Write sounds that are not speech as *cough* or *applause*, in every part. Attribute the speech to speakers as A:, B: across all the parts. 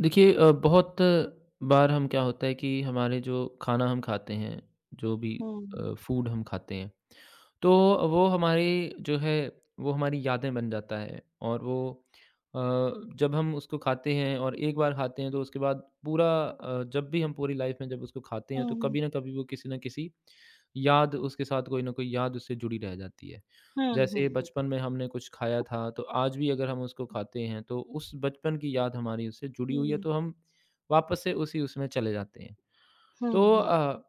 A: देखिए बहुत बार हम क्या होता है कि हमारे जो खाना हम खाते हैं, जो भी
B: हुँ।
A: फूड हम खाते हैं, तो वो हमारे जो है वो हमारी यादें बन जाता है और वो अ, जब हम उसको खाते हैं और एक बार खाते हैं तो उसके बाद पूरा जब भी हम पूरी लाइफ में जब उसको खाते हैं तो
B: हुँ, हुँ।
A: कभी ना कभी वो किसी ना किसी याद उसके साथ कोई ना कोई याद उससे जुड़ी रह जाती है।
B: हुँ, हुँ,
A: जैसे
B: हुँ।
A: बचपन में हमने कुछ खाया था, तो आज भी अगर हम उसको खाते हैं, तो उस बचपन की याद हमारी उससे जुड़ी हुई है,
B: हुँ,
A: तो हम वापस से उसी उसमें चले जाते हैं।
B: हुँ,
A: तो
B: हुँ,
A: अ,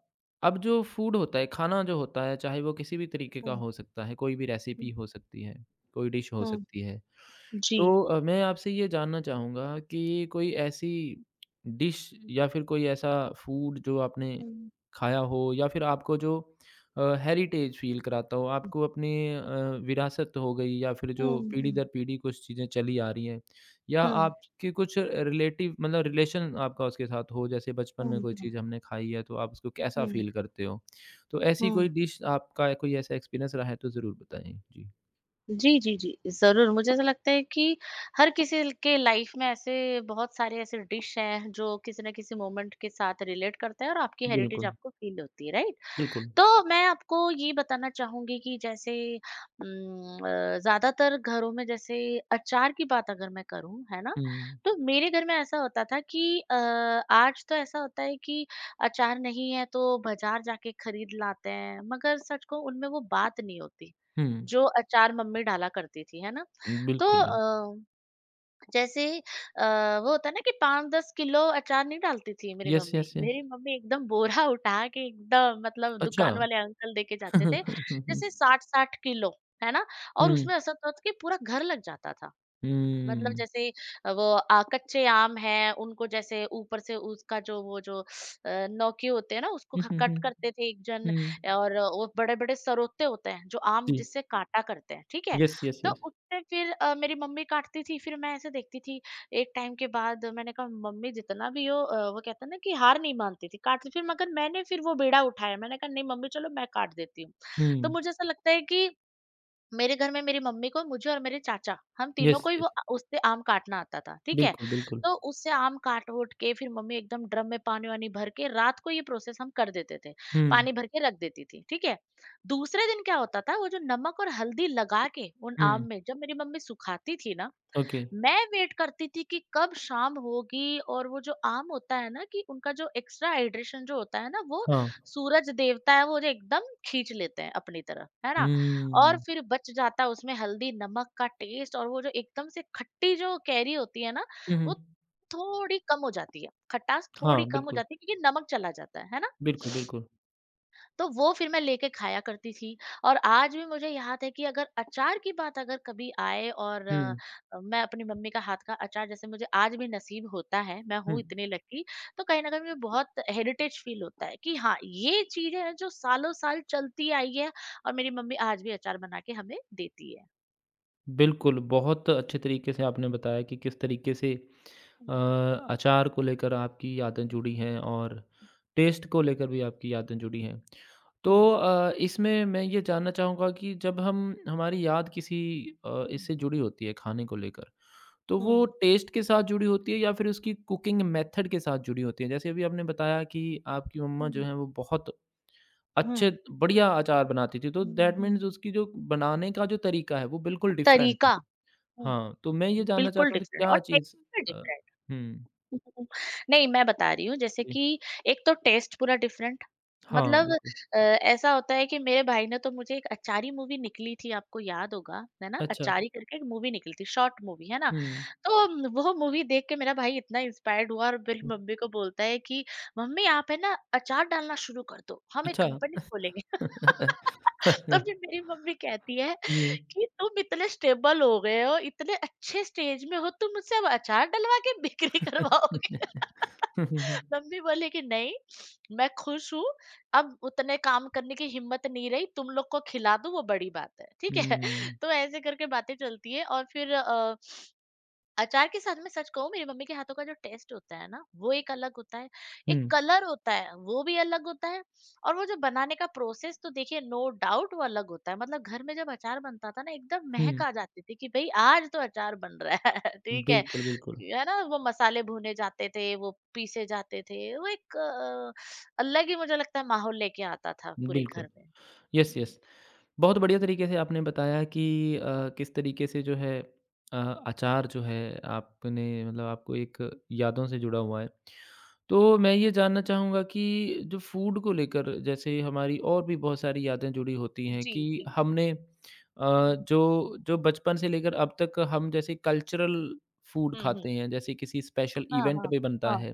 A: अब जो फूड होता है, खाना जो होता है, चाहे वो किसी भी तरीके का
B: हुँ,
A: हो सकता है, कोई भी रेसिपी
B: हुँ,
A: हो सकती है, कोई डिश हो
B: हुँ।
A: सकती है।
B: जी।
A: मैं आपसे ये जानना चाहूँगा कि कोई ऐसी डिश या फिर कोई ऐसा फूड जो आपने
B: हुँ,
A: खाया हो या फिर आपको जो हेरिटेज फ़ील कराता हो, आपको अपनी विरासत हो गई या फिर जो
B: हुँ,
A: पीढ़ी
B: हुँ,
A: दर पीढ़ी कुछ चीज़ें चली आ रही हैं, या
B: हुँ,
A: आपके कुछ रिलेटिव मतलब रिलेशन आपका उसके साथ हो, जैसे बचपन
B: हुँ,
A: में कोई
B: हुँ,
A: चीज़ हमने खाई है, तो आप उसको कैसा
B: हुँ,
A: फ़ील करते हो? तो ऐसी कोई
B: हुँ।
A: डिश आपका कोई ऐसा एक्सपीरियंस रहा है तो ज़रूर बताएँ? जी।
B: जी, जी, जी, ज़रूर। मुझे ऐसा लगता है कि हर किसी ल के लाइफ़ में ऐसे बहुत सारे ऐसे डिश हैं, जो किसी न किसी मोमेंट के साथ रिलेट करते हैं और आपकी हेरिटेज
A: बिल्कुल,
B: आपको फ़ील होती है, राइट?
A: बिल्कुल।
B: तो मैं आपको ये बताना चाहूँगी कि जैसे ज़्यादातर घरों में जैसे अचार की बात अगर मैं करूँ, है ना?
A: हुँ,
B: तो मेरे घर में ऐसा होता था कि अ, आज तो ऐसा होता है कि अचार नहीं है तो बाज़ार जाके खरीद लाते हैं, मगर सच कहूँ उनमें वो बात नहीं होती,
A: हुँ।
B: जो अचार मम्मी डाला करती थी, है ना? तो
A: बिल्कुल।
B: अ जैसे अ, वो होता है ना कि 5-10 किलो अचार नहीं डालती थी मेरी
A: यस,
B: मम्मी।
A: Yes, yes.
B: मेरी मम्मी एकदम बोरा उठा के एकदम मतलब
A: अच्छा।
B: दुकान वाले अंकल देके
A: *laughs*
B: जाते थे,
A: हुँ, हुँ।
B: जैसे 60-60 किलो, है ना? और
A: हुँ,
B: उसमें ऐसा होता था कि पूरा घर लग जाता था। मतलब
A: हुँ।
B: जैसे वो कच्चे आम हैं, उनको जैसे ऊपर से उसका जो वो जो नौके होते हैं ना, उसको
A: हुँ,
B: ख
A: हुँ, हुँ,
B: कट करते थे एक जन,
A: हुँ।
B: और वो बड़े-बड़े सरोते होते हैं, जो आम
A: जी।
B: जिससे काटा करते हैं, ठीक है?
A: यस, यस,
B: तो
A: यस।
B: उससे फिर मेरी मम्मी काटती थी, फिर मैं ऐसे देखती थी, एक टाइम के बाद मैंने कहा, "मम्मी जितना भी हो" वो कहते हैं ना कि हार नहीं मानती थी, काटती फिर, मगर मैंने फिर वो बीड़ा उठाया, मैंने कहा, "नहीं मम्मी, चलो मैं काट देती हूँ।" तो
A: हुँ।
B: मुझे ऐसा लगता है कि मेरे घर में मेरी मम्मी को, मुझे और मेरे चाचा, हम तीनों
A: यस,
B: को ही वो
A: यस।
B: अ, उससे आम काटना आता था, ठीक है?
A: बिल्कुल, बिल्कुल।
B: तो उससे आम काट-वूट के फिर मम्मी एकदम ड्रम में पानी-वानी भर के रात को ये प्रोसेस हम कर देते थे।
A: हुँ,
B: पानी भर के रख देती थी, ठीक है? दूसरे दिन क्या होता था, वो जो नमक और हल्दी लगा के उन आम
A: हुँ।
B: में जब मेरी मम्मी सुखाती थी ना,
A: ओके।
B: मैं वेट करती थी कि कब शाम होगी। और वो जो आम होता है ना कि उनका जो एक्स्ट्रा हाइड्रेशन जो होता है ना, वो
A: हाँ।
B: सूरज देवता है वो जो एकदम खींच लेते हैं अपनी तरफ, है ना? और
A: हुँ।
B: फिर बच जाता है उसमें हल्दी नमक का टेस्ट, और वो जो एकदम से खट्टी जो कैरी होती है ना,
A: हुँ,
B: वो
A: हुँ।
B: थोड़ी कम हो जाती है, खटास
A: हाँ,
B: थोड़ी कम हो
A: बिल्कुल।
B: जाती है क्योंकि नमक चला जाता है ना?
A: बिल्कुल, बिल्कुल।
B: तो वो फिर मैं लेके खाया करती थी। और आज भी मुझे याद है कि अगर अचार की बात अगर कभी आए और
A: हुँ,
B: मैं अपनी मम्मी का हाथ का अचार जैसे मुझे आज भी नसीब होता है, मैं
A: हुँ।
B: हूँ इतनी लकी, तो कहीं न कहीं मुझे बहुत हेरिटेज फील होता है कि हाँ, ये चीज़ें हैं जो सालों-साल चलती आई है और मेरी मम्मी आज भी अचार बना के हमें देती है।
A: बिल्कुल, बहुत अच्छे तरीके से आपने बताया कि किस तरीके से अ,
B: हुँ,
A: अचार को लेकर आपकी यादें जुड़ी हैं और टेस्ट को लेकर भी आपकी यादें जुड़ी हैं।
B: हुँ,
A: इसमें मैं ये जानना चाहूँगा कि जब हम हमारी याद किसी
B: हुँ,
A: इससे
B: हुँ।
A: जुड़ी होती है खाने को लेकर, तो वो
B: हुँ,
A: टेस्ट के साथ जुड़ी होती है या फिर उसकी कुकिंग मेथड के साथ जुड़ी होती है? जैसे अभी आपने बताया कि आपकी मम्मा जो
B: हुँ,
A: हैं वो बहुत
B: हुँ,
A: अच्छे बढ़िया अचार बनाती थी, तो
B: हुँ,
A: दैट मीन्स
B: हुँ।
A: उसकी जो बनाने का जो तरीका है, वो बिल्कुल डिफरेंट है।
B: तरीका। हुँ।
A: हाँ, तो मैं ये जानना
B: बिल्कुल
A: चाहता हूँ कि
B: डिफरेंट
A: क्या
B: और टेस्ट
A: चीज़
B: भी
A: अ,
B: डिफरेंट।
A: हुँ,
B: हम्म, नहीं, मैं बता रही हूँ जैसे
A: जी।
B: कि एक तो टेस्ट पूरा डिफरेंट।
A: हाँ,
B: मतलब
A: बिल्कुल।
B: ऐसा होता है कि मेरे भाई ने तो मुझे एक अचारी मूवी निकली थी, आपको याद होगा, है ना?
A: अच्छा।
B: अचारी करके एक मूवी निकली थी, शॉर्ट मूवी, है ना?
A: हुँ,
B: तो वो मूवी देख के मेरा भाई इतना इंस्पायर्ड हुआ और मेरी
A: हुँ,
B: मम्मी को बोलता है कि मम्मी आप है ना अचार डालना शुरू कर दो, हम एक
A: अच्छा।
B: कंपनी खोलेंगे। *laughs* तो फिर मेरी
A: *laughs*
B: मम्मी कहती है
A: जी।
B: कि तुम इतने स्टेबल हो गए हो, इतने अच्छे स्टेज में हो, तुम मुझसे अब अचार डलवा के बिक्री करवाओगे?
A: हुँ, हुँ, हुँ।
B: *laughs* मम्मी बोले कि नहीं, मैं खुश हूँ, अब उतने काम करने की हिम्मत नहीं रही, तुम लोग को खिला दूं वो बड़ी बात है, ठीक है।
A: हुँ,
B: *laughs* तो ऐसे करके बातें चलती है। और फिर अचार के साथ मैं सच कहूँ, मेरी मम्मी के हाथों का जो टेस्ट होता है ना, वो एक अलग होता है, एक
A: हुँ,
B: कलर होता है वो भी अलग होता है, और वो जो बनाने का प्रोसेस, तो देखिए नो डाउट, वो अलग होता है। मतलब घर में जब अचार बनता था ना, एकदम महक
A: हुँ।
B: आ जाती थी कि भई आज तो अचार बन रहा है। *laughs* ठीक है।
A: बिल्कुल, बिल्कुल,
B: है ना? वो मसाले भुने जाते थे, वो पीसे जाते थे, वो एक अलग ही मुझे लगता है माहौल लेके आता था पूरे
A: बिल्कुल।
B: घर में।
A: यस,
B: हुँ।
A: यस। बहुत बढ़िया तरीके से आपने बताया कि किस तरीके से जो है अ, अचार जो है आपने मतलब आपको एक यादों से जुड़ा हुआ है। तो मैं ये जानना चाहूँगा कि जो फ़ूड को लेकर जैसे हमारी और भी बहुत सारी यादें जुड़ी होती हैं
B: जी,
A: कि
B: जी, जी।
A: हमने
B: हुँ।
A: जो जो बचपन से लेकर अब तक हम जैसे कल्चरल फ़ूड
B: हुँ, हुँ।
A: खाते हैं, जैसे किसी स्पेशल
B: हाँ,
A: इवेंट
B: हाँ।
A: पे बनता
B: हाँ।
A: है।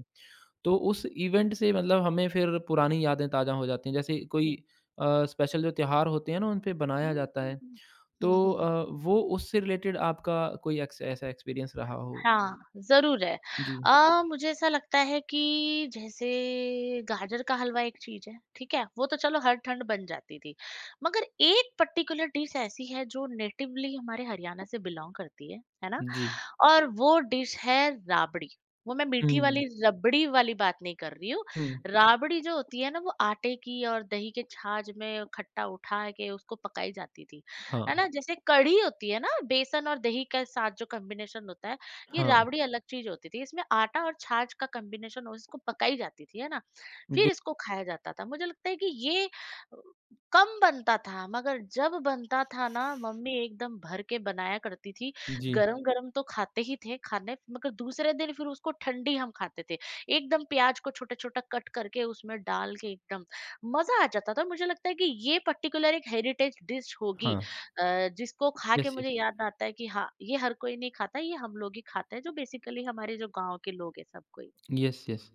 A: तो उस इवेंट से मतलब हमें फिर पुरानी यादें ताज़ा हो जाती हैं। जैसे
B: हुँ।
A: कोई अ, स्पेशल जो त्योहार होते हैं ना, उन पे बनाया
B: हुँ,
A: जाता
B: हुँ,
A: है।
B: हुँ। हुँ, हुँ।
A: वो उससे रिलेटेड आपका कोई एक्स ऐसा एक्सपीरियंस रहा हो?
B: हाँ, ज़रूर है।
A: जी।
B: मुझे ऐसा लगता है कि जैसे गाजर का हलवा एक चीज़ है, ठीक है? वो तो चलो हर ठंड बन जाती थी। मगर एक पर्टिकुलर डिश ऐसी है जो नेटिवली हमारे हरियाणा से बिलॉन्ग करती है ना?
A: जी।
B: और वो डिश है राबड़ी। वो मैं मीठी
A: हुँ,
B: वाली रबड़ी वाली बात नहीं कर रही हूँ।
A: हुँ।
B: राबड़ी जो होती है ना, वो आटे की और दही के छाछ में खट्टा उठा के उसको पकाई जाती थी।
A: हाँ,
B: है ना? जैसे कढ़ी होती है ना, बेसन और दही के साथ जो कॉम्बिनेशन होता है, ये
A: हाँ।
B: राबड़ी अलग चीज़ होती थी। इसमें आटा और छाछ का कॉम्बिनेशन हो, इसको पकाई जाती थी, है ना?
A: बिल
B: फिर इसको खाया जाता था। मुझे लगता है कि ये अ, कम बनता था, मगर जब बनता था ना, मम्मी एकदम भर के बनाया करती थी,
A: जी,
B: गरम-गरम तो खाते ही थे खाने, मगर दूसरे दिन फिर उसको ठंडी हम खाते थे। एकदम प्याज़ को छोटा-छोटा कट करके उसमें डाल के एकदम मज़ा आ जाता था। मुझे लगता है कि ये पर्टिकुलर एक हेरिटेज डिश होगी,
A: हाँ।
B: जिसको खा के
A: यस, यस।
B: मुझे याद आता है कि हाँ, ये हर कोई नहीं खाता, ये हम लोग ही खाते हैं जो बेसिकली हमारे जो गाँव के लोग हैं सब कोई।
A: Yes, yes.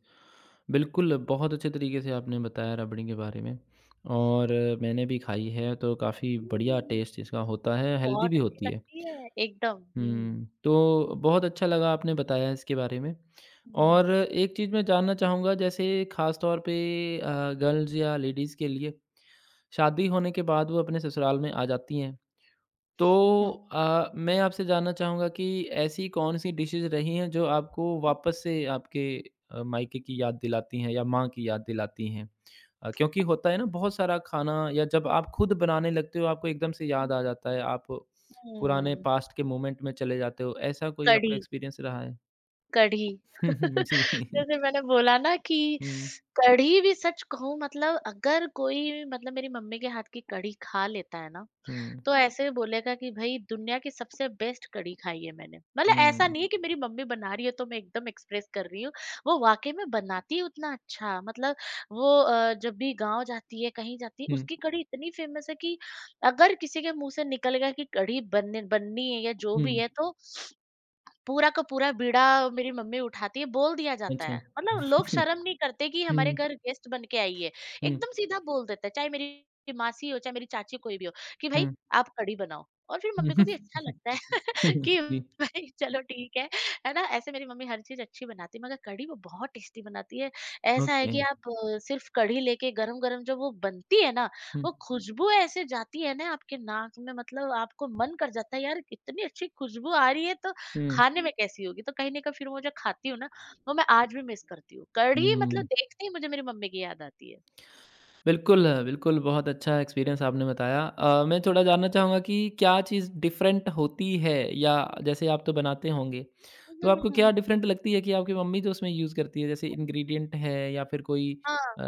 A: बिल्कुल, बहुत अच्छे तरीके से आपने बताया रबड़ी के बारे में और मैंने भी खाई है, तो काफ़ी बढ़िया
B: हुँ,
A: टेस्ट इसका होता है, हेल्दी
B: बहुत
A: भी
B: अच्छी
A: होती है।
B: लगती है एकदम। हुँ।
A: हुँ। तो बहुत अच्छा लगा आपने बताया इसके बारे में।
B: हुँ।
A: और एक चीज़ मैं जानना चाहूँगा जैसे ख़ास तौर पे गर्ल्स या लेडीज़ के लिए शादी होने के बाद वो अपने ससुराल में आ जाती हैं। तो
B: हुँ।
A: मैं आपसे जानना चाहूँगा कि ऐसी कौन-सी डिशेज़ रही हैं जो आपको
B: हुँ,
A: वापस से आपके मायके की याद दिलाती हैं या माँ की याद दिलाती हैं? क्योंकि होता है ना बहुत सारा खाना या जब आप
B: हुँ,
A: खुद
B: हुँ,
A: बनाने लगते हो आपको एकदम से
B: हुँ।
A: याद आ जाता है, आप पुराने
B: हुँ,
A: पास्ट के मोमेंट में चले जाते हो, ऐसा कोई आपका
B: कढ़ी।
A: एक्सपीरियंस रहा है?
B: कढ़ी।
A: *laughs* हुँ, हुँ,
B: *laughs*
A: जी।
B: जैसे मैंने बोला ना कि
A: हुँ,
B: कढ़ी भी, सच कहूँ, मतलब अगर कोई मतलब मेरी मम्मी के हाथ की कढ़ी खा लेता है ना,
A: हुँ,
B: तो ऐसे बोलेगा कि भई दुनिया की सबसे बेस्ट कढ़ी खाई है मैंने। मतलब ऐसा
A: हुँ,
B: नहीं है कि मेरी मम्मी बना रही है तो मैं एकदम एक्सप्रेस कर रही हूँ, वो वाक़ई में बनाती है उतना अच्छा। मतलब वो जब भी गाँव जाती है, कहीं जाती है,
A: हुँ,
B: उसकी कढ़ी इतनी फ़ेमस है कि अगर किसी के मुँह से निकल गया कि कढ़ी बनने बननी है या जो
A: हुँ,
B: भी है, तो पूरा का पूरा बीड़ा मेरी मम्मी उठाती है, बोल दिया जाता
A: अच्छा।
B: है। मतलब लोग
A: *laughs*
B: शर्म नहीं करते कि हमारे
A: हुँ,
B: घर गेस्ट बन के आई है।
A: हुँ,
B: एकदम सीधा बोल देते हैं, चाहे मेरी मासी हो, चाहे मेरी चाची कोई भी हो, कि भाई
A: हुँ,
B: आप कढ़ी बनाओ, और फिर मम्मी को
A: हुँ,
B: भी अच्छा
A: *laughs*
B: लगता है। कि
A: जी,
B: भाई चलो ठीक है ना? ऐसे मेरी मम्मी हर चीज़ अच्छी बनाती है, मगर कढ़ी वो बहुत टेस्टी बनाती है। ऐसा है
A: ओके।
B: कि आप सिर्फ़ कढ़ी लेके गरम-गरम जब वो बनती है ना,
A: हुँ,
B: वो खुशबू ऐसे जाती है ना आपके नाक में, मतलब आपको मन कर जाता है, यार इतनी अच्छी खुशबू आ रही है तो
A: हुँ।
B: खाने में कैसी होगी? तो कहीं न कहीं फिर वो जो खाती हूँ ना, वो मैं आज भी मिस करती हूँ। कढ़ी
A: हुँ।
B: मतलब देखते ही मुझे मेरी मम्मी की याद आती है।
A: बिल्कुल, बिल्कुल बहुत अच्छा एक्सपीरियंस आपने बताया। मैं थोड़ा जानना चाहूँगा कि क्या चीज़ डिफ़रेंट होती है या जैसे आप तो बनाते होंगे,
B: हुँ,
A: तो
B: हुँ,
A: आपको क्या
B: हुँ,
A: डिफ़रेंट लगती है कि आपकी मम्मी जो उसमें यूज़ करती है? जैसे
B: हुँ।
A: इंग्रीडिएंट है या फिर कोई
B: हाँ,
A: अ,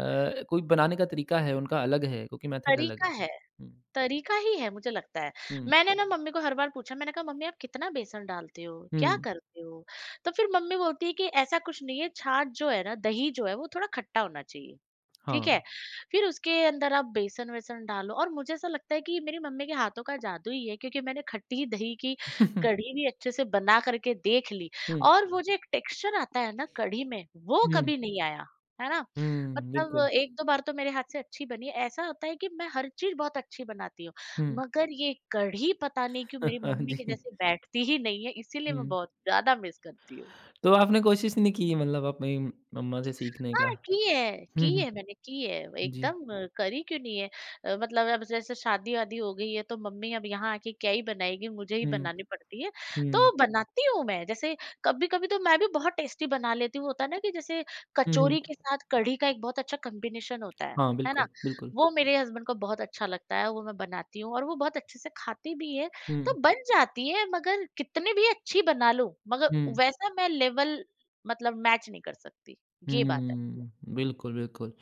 A: कोई बनाने का तरीका है उनका अलग है, कुकिंग मेथड
B: कढ़ी
A: अलग
B: का
A: है।
B: है।
A: हुँ,
B: तरीका ही है, मुझे लगता है।
A: हुँ,
B: मैंने ना मम्मी को हर बार पूछा, मैंने कहा, "मम्मी आप कितना बेसन डालते हो? क्या
A: हुँ,
B: करते हो?" तो फिर मम्मी बोलती है कि ऐसा कुछ नहीं है, छाछ जो है ना, दही जो है, वो थोड़ा खट्टा होना चाहिए,
A: हाँ।
B: ठीक है? फिर उसके अंदर आप बेसन-वेसन डालो। और मुझे ऐसा लगता है कि ये मेरी मम्मी के हाथों का जादू ही है, क्योंकि मैंने खट्टी दही की
A: *laughs*
B: कढ़ी भी अच्छे से बना करके देख ली,
A: हुँ,
B: और वो जो एक टेक्सचर आता है ना कढ़ी में, वो
A: हुँ,
B: कभी नहीं आया, है ना?
A: हुँ,
B: मतलब
A: बिल्कुल।
B: 1-2 बार तो मेरे हाथ से अच्छी बनी है। ऐसा होता है कि मैं हर चीज़ बहुत अच्छी बनाती हूँ,
A: हुँ,
B: मगर ये कढ़ी पता नहीं क्यों मेरी
A: *laughs*
B: मम्मी के
A: जी,
B: जैसे बैठती ही नहीं है, इसीलिए मैं
A: हुँ।
B: बहुत ज़्यादा मिस करती हूँ।
A: तो आपने कोशिश नहीं की मतलब अपनी मम्मा से सीखने का?
B: हाँ, की है,
A: *laughs*
B: की
A: हुँ, हुँ,
B: है, मैंने की है,
A: जी,
B: एकदम करी क्यों नहीं है। मतलब अब जैसे शादी-वादी हो गई है तो मम्मी अब यहाँ आके क्या ही बनाएगी, मुझे ही
A: हुँ।
B: बनानी पड़ती है।
A: हुँ।
B: तो बनाती हूँ मैं, जैसे कभी-कभी तो मैं भी बहुत टेस्टी बना लेती हूँ। होता है ना कि जैसे
A: हुँ, हुँ।
B: कचौरी के साथ कढ़ी का एक बहुत अच्छा कॉम्बिनेशन होता
A: हाँ,
B: है ना?
A: बिल्कुल, बिल्कुल।
B: वो मेरे हस्बैंड को बहुत अच्छा लगता है, वो मैं बनाती हूँ और वो बहुत अच्छे से खाते भी हैं।
A: हुँ,
B: तो बन जाती है मगर कितनी भी अच्छी बना लूँ, मगर
A: हुँ,
B: वैसा मैं लेवल मतलब मैच नहीं कर सकती, ये बात है।
A: हुँ। बिल्कुल, बिल्कुल।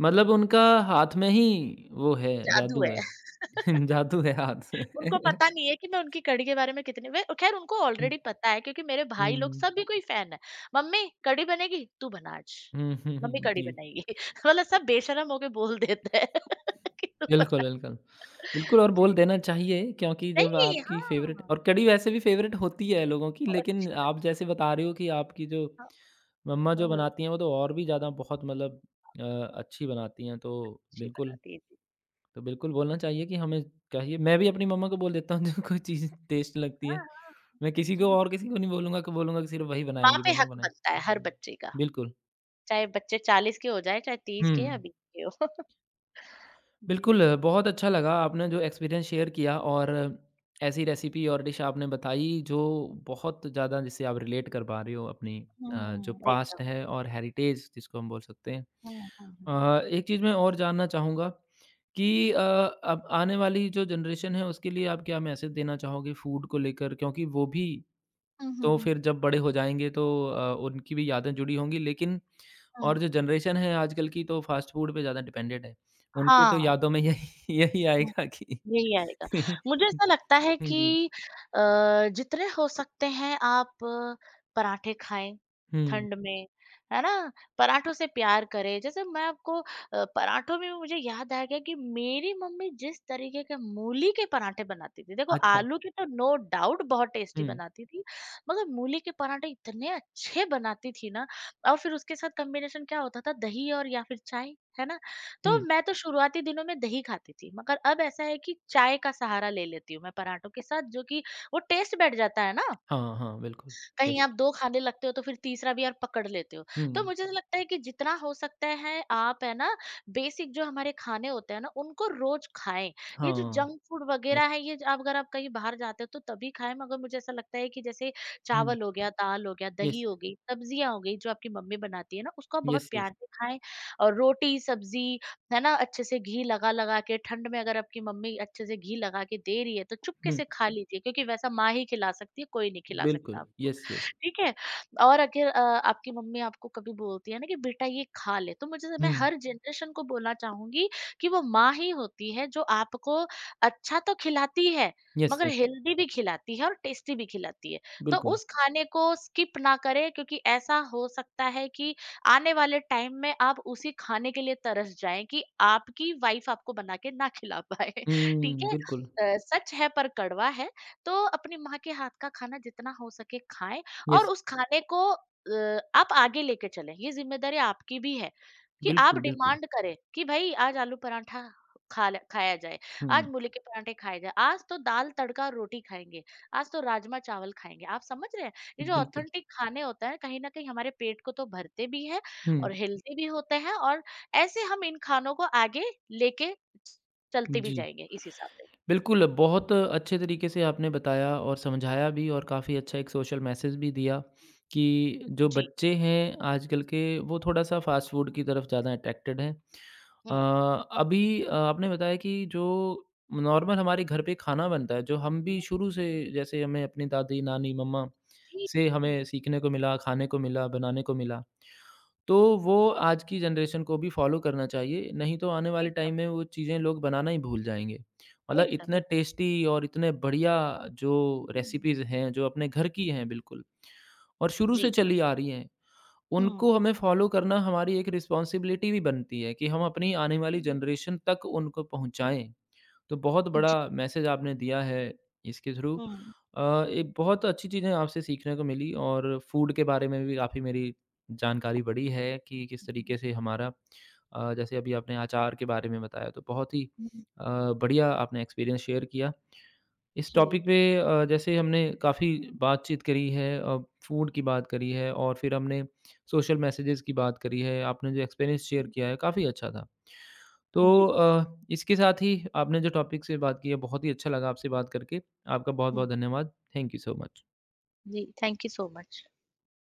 A: मतलब उनका हाथ में ही वो है,
B: जादू
A: जादू
B: है।
A: है। *laughs* जादू है हाथ *laughs* में।
B: उनको पता नहीं है कि मैं उनकी कढ़ी के बारे में कितनी वे खैर उनको
A: हुँ,
B: ऑलरेडी पता है क्योंकि मेरे भाई लोग
A: हुँ।
B: सभी कोई फ़ैन है। मम्मी कढ़ी बनेगी? तू बना आज।
A: हुँ, हुँ,
B: मम्मी
A: हुँ।
B: कढ़ी
A: जी।
B: बनाएगी। *laughs* मतलब सब बेशर्म होके बोल देते हैं *laughs* कि तू
A: बिल्कुल,
B: बना।
A: बिल्कुल। बिल्कुल और बोल
B: जी।
A: देना चाहिए क्योंकि जब
B: नहीं, ये
A: आपकी फ़ेवरेट
B: हाँ,
A: और कढ़ी वैसे भी फ़ेवरेट होती है लोगों की,
B: और
A: लेकिन
B: अच्छी लग
A: आप जैसे बता रहे हो कि आपकी जो
B: हाँ,
A: मम्मा जो
B: बहुत
A: बनाती हैं, वो तो और भी ज़्यादा बहुत मतलब अ, अच्छी बनाती हैं,
B: अच्छी बनाती है जी।
A: तो बिल्कुल बोलना चाहिए कि हमें चाहिए मैं भी अपनी मम्मा को बोल देता हूँ *laughs* जो कोई चीज़ टेस्ट लगती है।
B: हाँ, हाँ,
A: मैं किसी को
B: जी।
A: और किसी को नहीं बोलूँगा कि बोलूँगा कि सिर्फ़ वही
B: माँ
A: बनाएँगी
B: पे
A: मम्मा
B: हक
A: बनाएँ।
B: बनता है
A: हुँ,
B: हर
A: हुँ।
B: बच्चे का,
A: बिल्कुल।
B: चाहे बच्चे 40 के हो जाएँ, चाहे 30
A: हुँ।
B: के या 20 के हो। *laughs* जी।
A: बिल्कुल, बहुत अच्छा लगा आपने जो एक्सपीरियंस शेयर किया और ऐसी रेसिपी और डिश आपने बताई जो बहुत ज़्यादा जिससे आप रिलेट कर पा रहे हो अपनी जो
B: हुँ,
A: पास्ट
B: एकदम।
A: है और हेरिटेज जिसको हम बोल सकते हैं।
B: हुँ, हुँ, हुँ।
A: एक चीज़ मैं और जानना चाहूँगा कि अब आने वाली जो जनरेशन है उसके लिए आप क्या मैसेज देना चाहोगे फूड को लेकर? क्योंकि वो भी
B: हुँ, हुँ,
A: तो
B: हुँ।
A: फिर जब बड़े हो जाएँगे तो उनकी भी यादें जुड़ी होंगी लेकिन और
B: हुँ।
A: जो जनरेशन है आजकल की तो फ़ास्ट फ़ूड पे ज़्यादा डिपेंडेंट है। उनके तो
B: हाँ।
A: यादों में यही *laughs* यही
B: हुँ,
A: आएगा कि
B: यही आएगा।
A: *laughs*
B: मुझे ऐसा लगता है
A: जी।
B: कि अ, जितने हो सकते हैं आप पराठे खाएँ,
A: हुँ,
B: ठंड में, है ना? पराठों से प्यार करें, जैसे मैं आपको पराठों में मुझे याद आ गया कि मेरी मम्मी जिस तरीके के मूली के पराठे बनाती थी, देखो
A: अच्छा।
B: आलू के तो नो डाउट बहुत टेस्टी
A: हुँ,
B: बनाती थी, मगर मूली के पराठे इतने अच्छे बनाती थी ना और फिर उसके साथ कॉम्बिनेशन क्या होता था दही और या फिर चाय, है ना? तो
A: हुँ।
B: मैं तो शुरुआती दिनों में दही खाती थी, मगर अब ऐसा है कि चाय का सहारा ले लेती हूँ मैं पराठों के साथ जो कि वो टेस्ट बैठ जाता है ना
A: हाँ, हाँ, बिल्कुल।
B: कहीं
A: यस।
B: आप 2 खाने लगते हो तो फिर तीसरा भी आप पकड़ लेते हो।
A: हुँ,
B: तो मुझे ऐसा लगता है कि जितना हो सकता है आप है ना बेसिक जो हमारे खाने होते हैं ना उनको रोज़ खाएँ। ये जो
A: हाँ,
B: जंक फूड वग़ैरह
A: यस।
B: है ये ज आप अगर आप कहीं बाहर जाते हो तो तभी खाएँ मगर मुझे ऐसा लगता है कि जैसे
A: हुँ,
B: चावल हो गया, दाल हो गया, दही
A: यस,
B: हो गई, सब्जियाँ हो गई जो आपकी मम्मी बनाती है ना उसको आप बहुत
A: यस,
B: प्यार
A: यस।
B: से खाएँ और रोटी, सब्जी है ना अच्छे से घी लगा-लगा के ठंड में अगर आपकी मम्मी अच्छे से घी लगा के दे रही है तो चुपके
A: हुँ,
B: से खा लीजिए क्योंकि वैसा माँ ही खिला सकती है, कोई नहीं खिला सकता
A: बिल्कुल।
B: आपको।
A: Yes, yes.
B: ठीक है? और अगर आपकी मम्मी आपको कभी बोलती है ना कि बेटा ये खा ले, तो मुझे मैं
A: हुँ,
B: हर जनरेशन को बोलना चाहूँगी कि वो माँ ही होती है जो आपको अच्छा तो खिलाती है,
A: यस,
B: मगर
A: यस।
B: हेल्दी भी खिलाती है और टेस्टी भी खिलाती है। तो
A: बिल्कुल।
B: उस खाने को स्किप ना करें क्योंकि ऐसा हो सकता है कि आने वाले टाइम में आप उसी खाने के लिए तरस जाएँ कि आपकी वाइफ़ आपको बना के ना खिला पाए, *laughs* ठीक
A: हुँ,
B: है?
A: बिल्कुल।
B: सच है पर कड़वा है, तो अपनी माँ के हाथ का खाना जितना हो सके खाएँ और
A: यस,
B: उस खाने को आप आगे लेके चलें, ये ज़िम्मेदारी आपकी भी है, कि आप
A: बिल्कुल, बिल्कुल।
B: डिमांड करें कि भई आज आलू पराठा खा ल खाया जाए, आज
A: हुँ,
B: मूली के पराठे खाए जाएँ, आज तो दाल तड़का रोटी खाएँगे, आज तो राजमा चावल खाएँगे। आप समझ रहे हैं? ये जो
A: बिल्कुल।
B: ऑथेंटिक खाने होते हैं कहीं न कहीं हमारे पेट को तो भरते भी हैं
A: हुँ,
B: और हेल्दी भी होते हैं और ऐसे हम इन खानों को आगे लेके चलते भी
A: जी।
B: जाएँगे इस हिसाब से।
A: बिल्कुल, बहुत अच्छे तरीके से आपने बताया और समझाया भी और काफ़ी अच्छा एक सोशल मैसेज भी दिया कि जो
B: जी,
A: बच्चे हैं आजकल के, वो थोड़ा-सा फ़ास्ट फूड की तरफ ज़्यादा अट्रैक्टेड हैं। अ,
B: हुँ।
A: अभी आपने बताया कि जो नॉर्मल हमारे घर पे खाना बनता है, जो हम भी
B: हुँ,
A: शुरू से जैसे हमें अपनी दादी, नानी, मम्मा
B: जी,
A: से
B: जी।
A: हमें सीखने को मिला, खाने को मिला, बनाने को मिला। तो वो आज की जनरेशन को भी फॉलो करना चाहिए, नहीं तो आने वाले
B: एकदम,
A: टाइम में वो चीज़ें लोग बनाना ही भूल जाएँगे। मतलब
B: एकदम,
A: इतने
B: एकदम।
A: टेस्टी और इतने बढ़िया जो
B: हुँ,
A: रेसिपीज़ हैं, जो अपने घर की हैं बिल्कुल और शुरू से
B: जी।
A: चली आ रही हैं, उनको
B: हुँ।
A: हमें फॉलो करना हमारी एक रिस्पॉन्सिबिलिटी भी बनती है कि हम अपनी आने वाली
B: हुँ।
A: जनरेशन तक उनको पहुँचाएँ। तो बहुत
B: जी,
A: बड़ा मैसेज आपने दिया है इसके थ्रू।
B: हुँ।
A: एक बहुत अच्छी चीज़ें आपसे सीखने को मिली और फूड के बारे में भी काफ़ी मेरी जानकारी बढ़ी है कि किस तरीके से हमारा जैसे अभी आपने अचार के बारे में बताया तो बहुत ही अ, बढ़िया आपने एक्सपीरियंस शेयर किया। इस
B: जी।
A: टॉपिक पे जैसे हमने काफ़ी बातचीत करी है, फूड की बात करी है और फिर हमने सोशल मैसेजेस की बात करी है। आपने जो एक्सपीरियंस शेयर किया है काफ़ी अच्छा था। तो
B: जी,
A: अ, इसके साथ ही आपने जो टॉपिक से बात की है बहुत ही अच्छा लगा आपसे बात करके। आपका
B: हुँ,
A: बहुत-बहुत धन्यवाद। Thank you so much.
B: जी, थैंक यू सो मच।